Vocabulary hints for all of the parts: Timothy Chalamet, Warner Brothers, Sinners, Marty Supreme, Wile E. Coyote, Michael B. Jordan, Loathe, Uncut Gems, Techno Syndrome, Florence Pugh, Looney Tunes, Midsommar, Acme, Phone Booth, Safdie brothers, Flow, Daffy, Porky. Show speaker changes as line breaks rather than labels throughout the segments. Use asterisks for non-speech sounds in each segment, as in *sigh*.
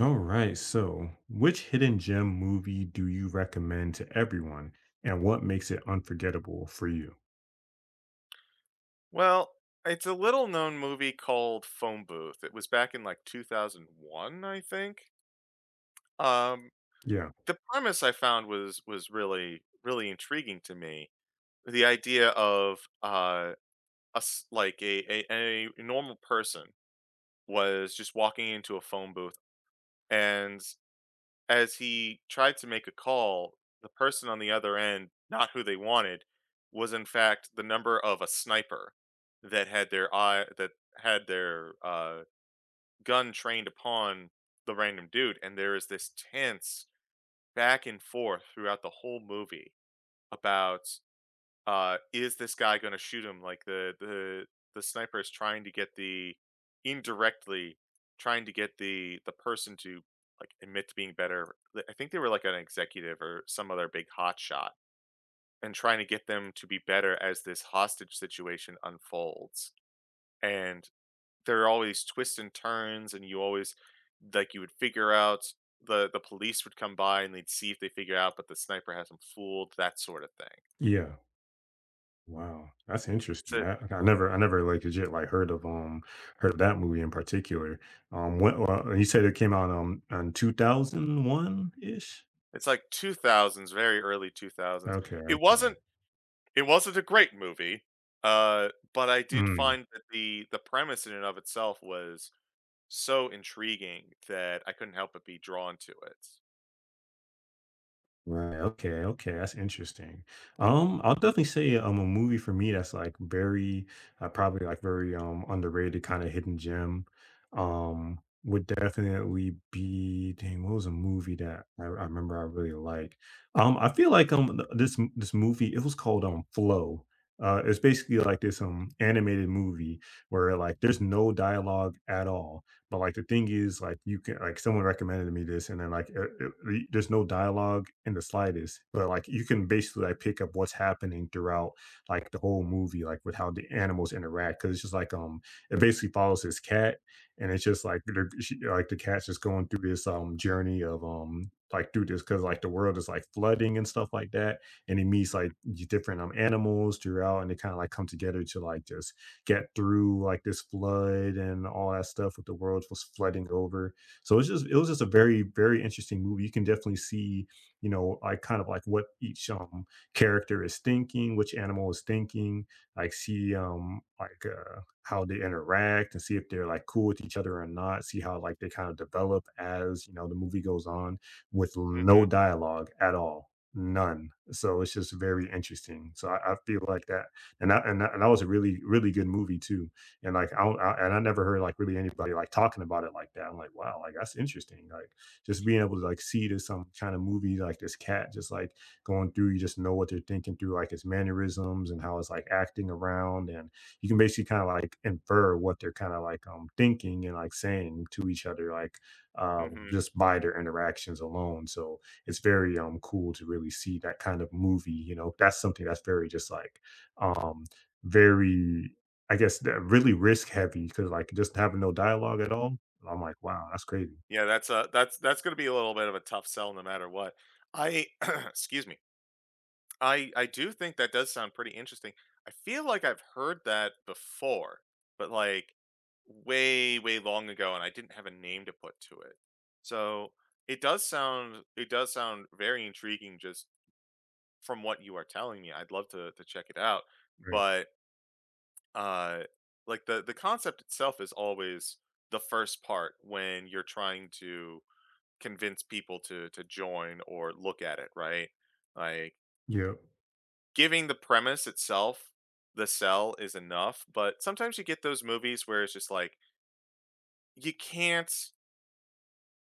All right. So, which hidden gem movie do you recommend to everyone and what makes it unforgettable for you?
Well, it's a little known movie called Phone Booth. It was back in like 2001, I think. Um,
Yeah.
the premise I found was really really intriguing to me. The idea of us like a normal person was just walking into a phone booth, and as he tried to make a call, the person on the other end, not who they wanted, was in fact the number of a sniper that had their eye that had their gun trained upon the random dude, and there is this tense back and forth throughout the whole movie about is this guy going to shoot him? Like the the sniper is trying to get the indirectly trying to get the person to like admit to being better. I think they were like an executive or some other big hot shot, and trying to get them to be better as this hostage situation unfolds. And there are always twists and turns and you always like you would figure out the police would come by and they'd see if they figure out but the sniper has them fooled that sort of thing.
Yeah. Wow. That's
it's
interesting.
a
I never like legit like heard of that movie in particular. What well, you said it came out in 2001 ish.
it's like 2000s, very early 2000s.
Okay,
it
okay.
wasn't it wasn't a great movie, but I did
Mm.
find that the premise in and of itself was so intriguing that I couldn't help but be drawn to it.
Right. Okay. Okay. That's interesting. I'll definitely say a movie for me that's like very probably like very underrated kind of hidden gem. Would definitely be dang. What was a movie that I remember I really like? I feel like this movie it was called Flow. It's basically like this animated movie where like there's no dialogue at all. But like the thing is, like you can like someone recommended me this, and then there's no dialogue in the slightest, but like you can basically like pick up what's happening throughout like the whole movie, like with how the animals interact, because it's just like it basically follows this cat, and it's just like she, like the cat's just going through this journey of like through this because like the world is like flooding and stuff like that, and he meets like different animals throughout, and they kind of like come together to like just get through like this flood and all that stuff with the world was flooding over. So it was just a very very interesting movie. You can definitely see you know like kind of like what each character is thinking, which animal is thinking. Like see how they interact and see if they're like cool with each other or not. See how like they kind of develop as you know the movie goes on with
hmm
no dialogue at all none so it's just very interesting so I feel like and that was a really really good movie too. And like I, don't- I and I never heard like really anybody like talking about it like that. I'm like, wow, like that's interesting. Like just being able to like see this some kind of movie like this cat just like going through, you just know what they're thinking through like its mannerisms and how it's like acting around, and you can basically kind of like infer what they're kind of like thinking and like saying to each other
hmm
just by their interactions alone. So it's very cool to really see that kind of movie you know that's something that's very just like um very I guess that really risk heavy because like just having no dialogue at all I'm like wow that's crazy
Yeah, that's going to be a little bit of a tough sell no matter what. I *clears throat* excuse me. I do think that does sound pretty interesting. I feel like I've heard that before, but like way, way long ago, and I didn't have a name to put to it. So it does sound very intriguing just from what you are telling me. I'd love to check it out.
right
But uh like the concept itself is always the first part when you're trying to convince people to join or look at it, right? Like
yep
giving the premise itself, the sell is enough, but sometimes you get those movies where it's just like you can't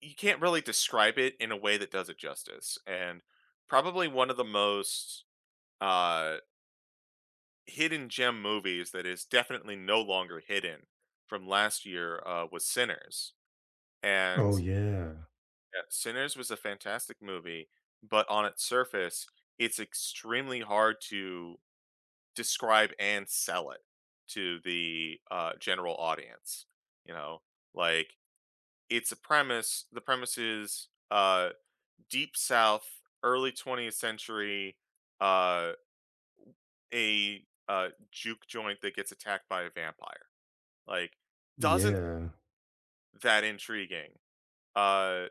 you can't really describe it in a way that does it justice. And probably one of the most uh hidden gem movies that is definitely no longer hidden from last year was Sinners. And
oh yeah
yeah, Sinners was a fantastic movie, but on its surface, it's extremely hard to describe and sell it to the, general audience, you know? Like, it's a premise the premise is, Deep South, early 20th century, uh, a, juke joint that gets attacked by a vampire. Like, doesn't
yeah
that intriguing, uh,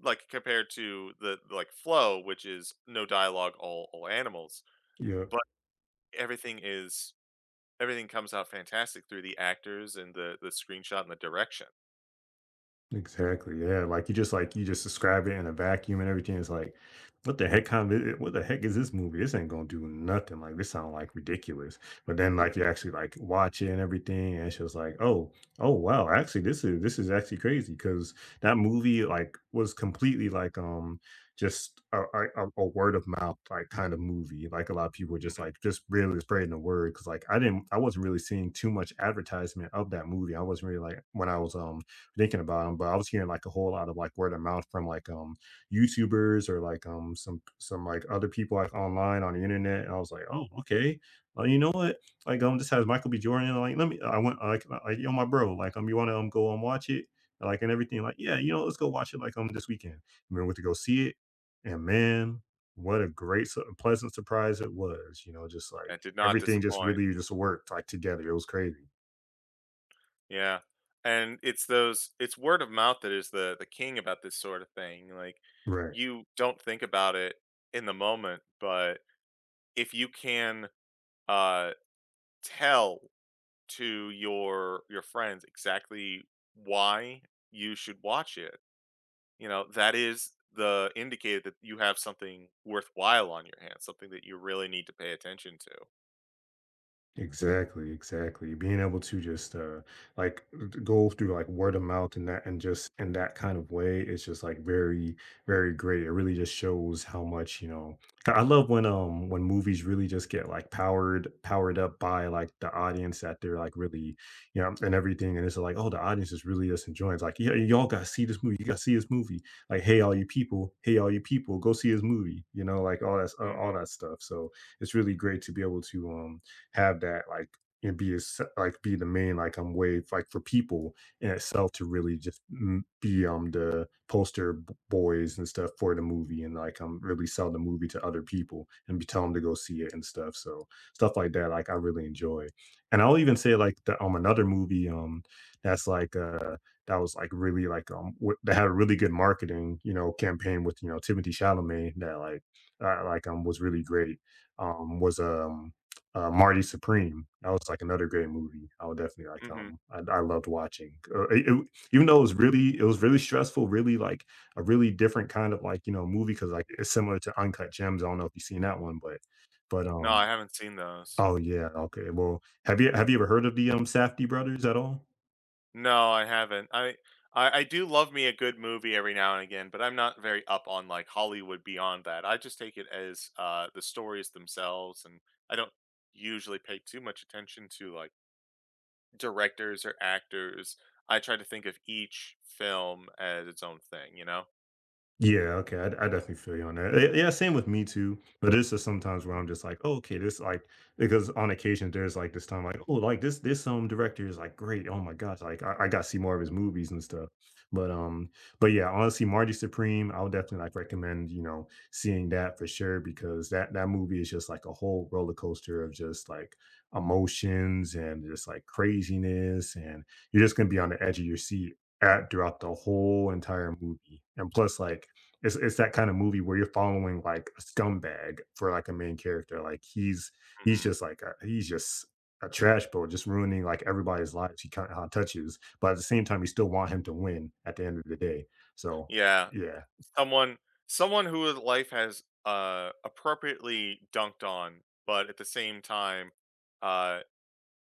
like, compared to the, like, Flow, which is no dialogue, all animals,
yep.
but everything is everything comes out fantastic through the actors and the screenshot and the direction.
Exactly, yeah, like you just describe it in a vacuum and everything, it's like, "What the heck kind of what the heck is this movie? This ain't gonna do nothing, like, this sound, like, ridiculous." But then, like, you
Mhm,
actually, like, watch it and everything, and it's just like, "Oh, oh, wow, actually, this is actually crazy because that movie, like, was completely, just a word of mouth, like, kind of movie, like, a lot of people were just,
mhm.
like, just really spreading the word because like, I wasn't really seeing too much advertisement of that movie, I wasn't really, like when I was, thinking about them, but I was hearing like a whole lot of like word of mouth from like YouTubers or like some like other people like online on the internet, and I was like, oh okay, you know what? Like this has Michael B. Jordan. Like let me, I went like yo my bro, like you want to go and watch it, like and everything. Like yeah, you know let's go watch it like this weekend. And we went to go see it, and man, what a pleasant surprise it was. You know, just like
That did not
everything just
disappoint.
really just worked like together. It was crazy.
Yeah, and it's word of mouth that is the king about this sort of thing, like,
Right.
you don't think about it in the moment, but if you can, uh, tell to your friends exactly why you should watch it, you know, that is the indicator that you have something worthwhile on your hands, something that you really need to pay attention to.
Exactly, exactly. Being able to just like go through like word of mouth and that and just in that kind of way, it's just like very, very great. It really just shows how much, you know, I love when movies really just get like powered up by like the audience that they're like really, you know, and everything. And it's like, oh, the audience is really just enjoying. It's like, yeah, y'all gotta see this movie. You gotta see this movie. Like, hey, all you people, hey, all you people, go see this movie. You know, like all
Mhm,
that stuff. So it's really great to be able to have that like and be as like be the main like wave like for people in itself to really just be the boys and stuff for the movie and like really sell the movie to other people and be tell them to go see it and stuff so stuff like that like I really enjoy and I'll even say like the another movie that's like uh that was like really like that had a really good marketing you know campaign with you know Timothy Chalamet that like was really great was Marty Supreme. That was like another great movie. I would definitely like.
mhm.
I loved watching. Even though it was really stressful. Really like a really different kind of like you know movie because like it's similar to Uncut Gems. I don't know if you've seen that one, but but
No, I
um.
haven't seen those.
Oh yeah. Okay. Well, have you ever heard of the Safdie brothers at all?
No, I haven't. I I do love me a good movie every now and again, but I'm not very up on, like, Hollywood beyond that. I just take it as, the stories themselves, and I don't usually pay too much attention to, like, directors or actors. I try to think of each film as its own thing, you know?
Yeah, okay, I definitely feel you on that. Eh, yeah, same with me too, but this is sometimes where I'm just like, "Oh, okay, this, like" because on occasion, there's, like, this time, like, "Oh, like, this, director is, like, great, oh my gosh, like, I gotta see more of his movies and stuff." But, um but, yeah, honestly, Marty Supreme, I would definitely, like, recommend, you know, seeing that for sure because that movie is just, like, a whole roller coaster of just, like, emotions and just, like, craziness, and you're just gonna be on the edge of your seat at throughout the whole entire movie, and plus, like it's that kind of movie where you're following like a scumbag for like a main character. Like he's
Mhm.
just like he's just a trash bro, just ruining like everybody's lives he kind of touches. But at the same time, you still want him to win at the end of the day. So
Yeah.
yeah,
Someone Someone who life has, appropriately dunked on, but at the same time, uh,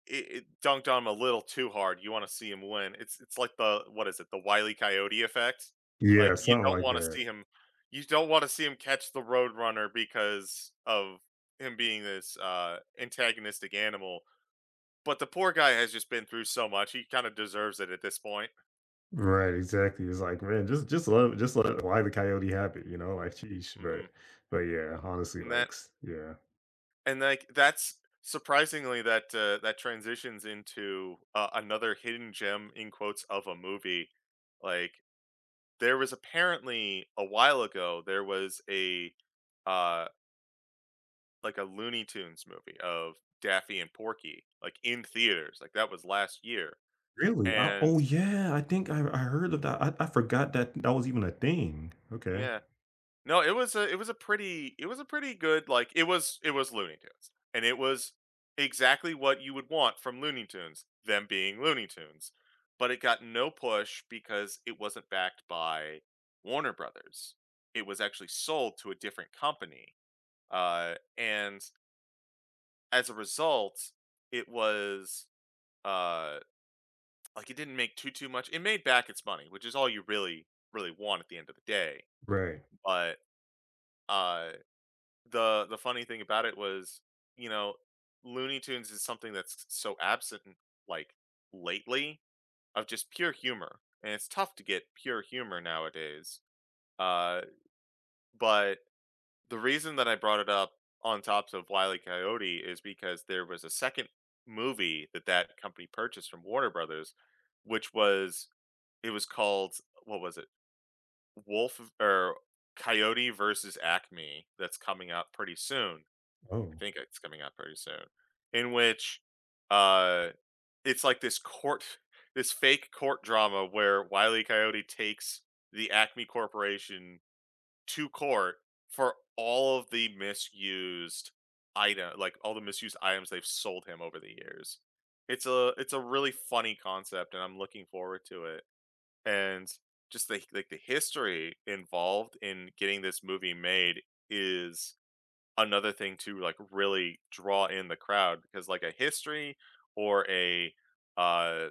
it it dunked on him a little too hard, you wanna see him win. It's like the what is it, the Wile E. Coyote effect? Like,
yeah, something like that.
you don't wanna see him catch the roadrunner because of him being this, antagonistic animal, but the poor guy has just been through so much, he kinda deserves it at this point.
Right, exactly. It's like man, just love just let why the coyote happy, you know, like sheesh.
Mhm.
But yeah, honestly,
And that
yeah.
And like that's surprisingly that that transitions into another hidden gem in quotes of a movie. Like there was apparently a while ago there was a uh like a Looney Tunes movie of Daffy and Porky like in theaters. Like that was last year.
Really?
And
Oh yeah, I think I heard of that. I forgot that that was even a thing. Okay.
yeah, no, it was a pretty good like it was Looney Tunes. And it was exactly what you would want from Looney Tunes, them being Looney Tunes. But it got no push because it wasn't backed by Warner Brothers. It was actually sold to a different company. And as a result, it was uh like it didn't make too too much. It made back its money, which is all you really really want at the end of the day.
Right.
But uh the funny thing about it was, you know, Looney Tunes is something that's so absent like lately of just pure humor. And it's tough to get pure humor nowadays. Uh but the reason that I brought it up on top of Wile E. Coyote is because there was a second movie that that company purchased from Warner Brothers, which was it was called what was it? Wolf or Coyote versus Acme that's coming out pretty soon. I
Oh,
think it's coming out pretty soon, in which uh it's like this court *laughs* this fake court drama where Wiley Coyote takes the Acme Corporation to court for all of the misused item like all the misused items they've sold him over the years. It's a really funny concept and I'm looking forward to it. And just the like the history involved in getting this movie made is another thing to like really draw in the crowd because like or a uh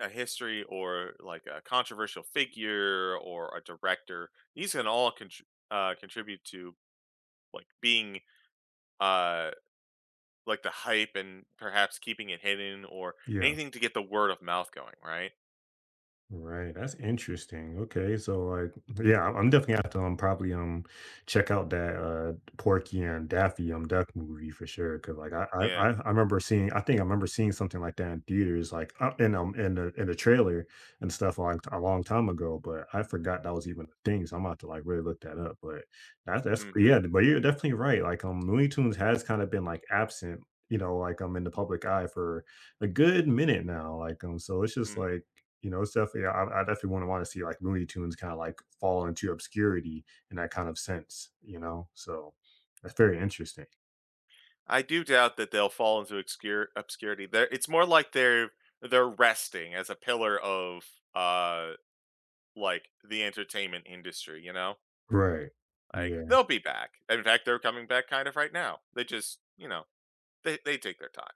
a history or like a controversial figure or a director these can all contribute to like being uh like the hype and perhaps keeping it hidden or
yeah.
anything to get the word of mouth going, right?
Right, that's interesting. Okay, so like, yeah, I'm definitely gonna have to probably check out that Porky and Daffy Duck movie for sure. Cause like
Yeah.
I remember seeing I think I remember seeing something like that in theaters in the trailer and stuff like a long time ago. But I forgot that was even a thing. So I'm about to like really look that up. But that's
hmm
yeah. But you're definitely right. Like Looney Tunes has kind of been like absent. You know, like I'm in the public eye for a good minute now. Like so it's just
hmm
like you know, it's definitely I definitely want to see like Looney Tunes kind of like fall into obscurity in that kind of sense, you know? So that's very interesting.
I do doubt that they'll fall into obscure obscurity there. It's more like they're resting as a pillar of uh like the entertainment industry, you know?
Right.
Like
Yeah.
they'll be back. In fact, they're coming back kind of right now. They just, you know, they take their time.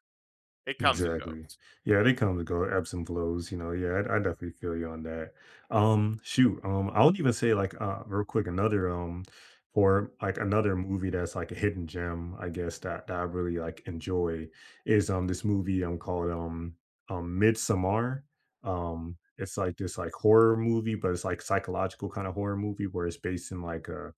It comes and
Exactly.
goes.
Yeah, they come and go, ebbs and flows, you know. Yeah, I definitely feel you on that. Shoot. I would even say real quick, another movie that's like a hidden gem, I guess, that I really like enjoy is this movie called Midsommar. It's like this like horror movie, but it's like psychological kind of horror movie where it's based in like a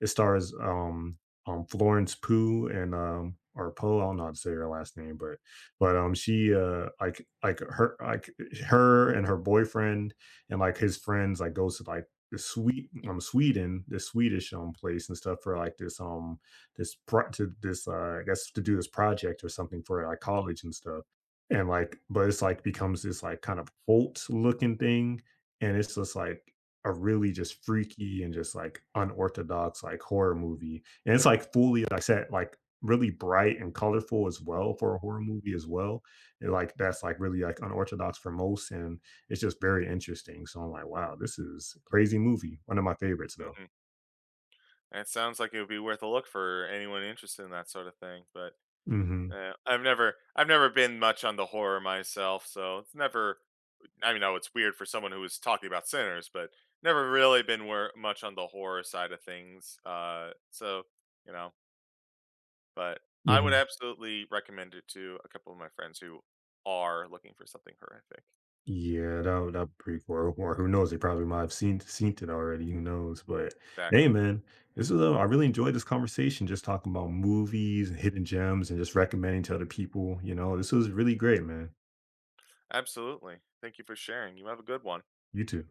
it stars Florence Pugh and or Poe, I don't know how to say her last name, but she her and her boyfriend and like his friends like goes to like the sweet Sweden, the Swedish place and stuff for like this this pro- to this I guess to do this project or something for like college and stuff. And like but it's like becomes this like kind of cult looking thing and it's just like a really just freaky and just like unorthodox like horror movie. And it's like fully like I said like really bright and colorful as well for a horror movie as well. And like that's like really like unorthodox for most and it's just very interesting. So I'm like, wow, this is a crazy movie. One of my favorites though.
Mhm. It sounds like it would be worth a look for anyone interested in that sort of thing, but
Mhm.
yeah, I've never been much on the horror myself, so it's never I mean, I know it's weird for someone who was talking about sinners, but never really been much on the horror side of things. So you know, but I would
Mhm.
absolutely recommend it to a couple of my friends who are looking for something horrific.
Yeah, that would that'd be pretty cool. Or who knows? They probably might have seen seen it already. Who knows? But hey,
Exactly.
man, I really enjoyed this conversation. Just talking about movies and hidden gems, and just recommending to other people. You know, this was really great, man.
Absolutely. Thank you for sharing. You have a good one.
You too.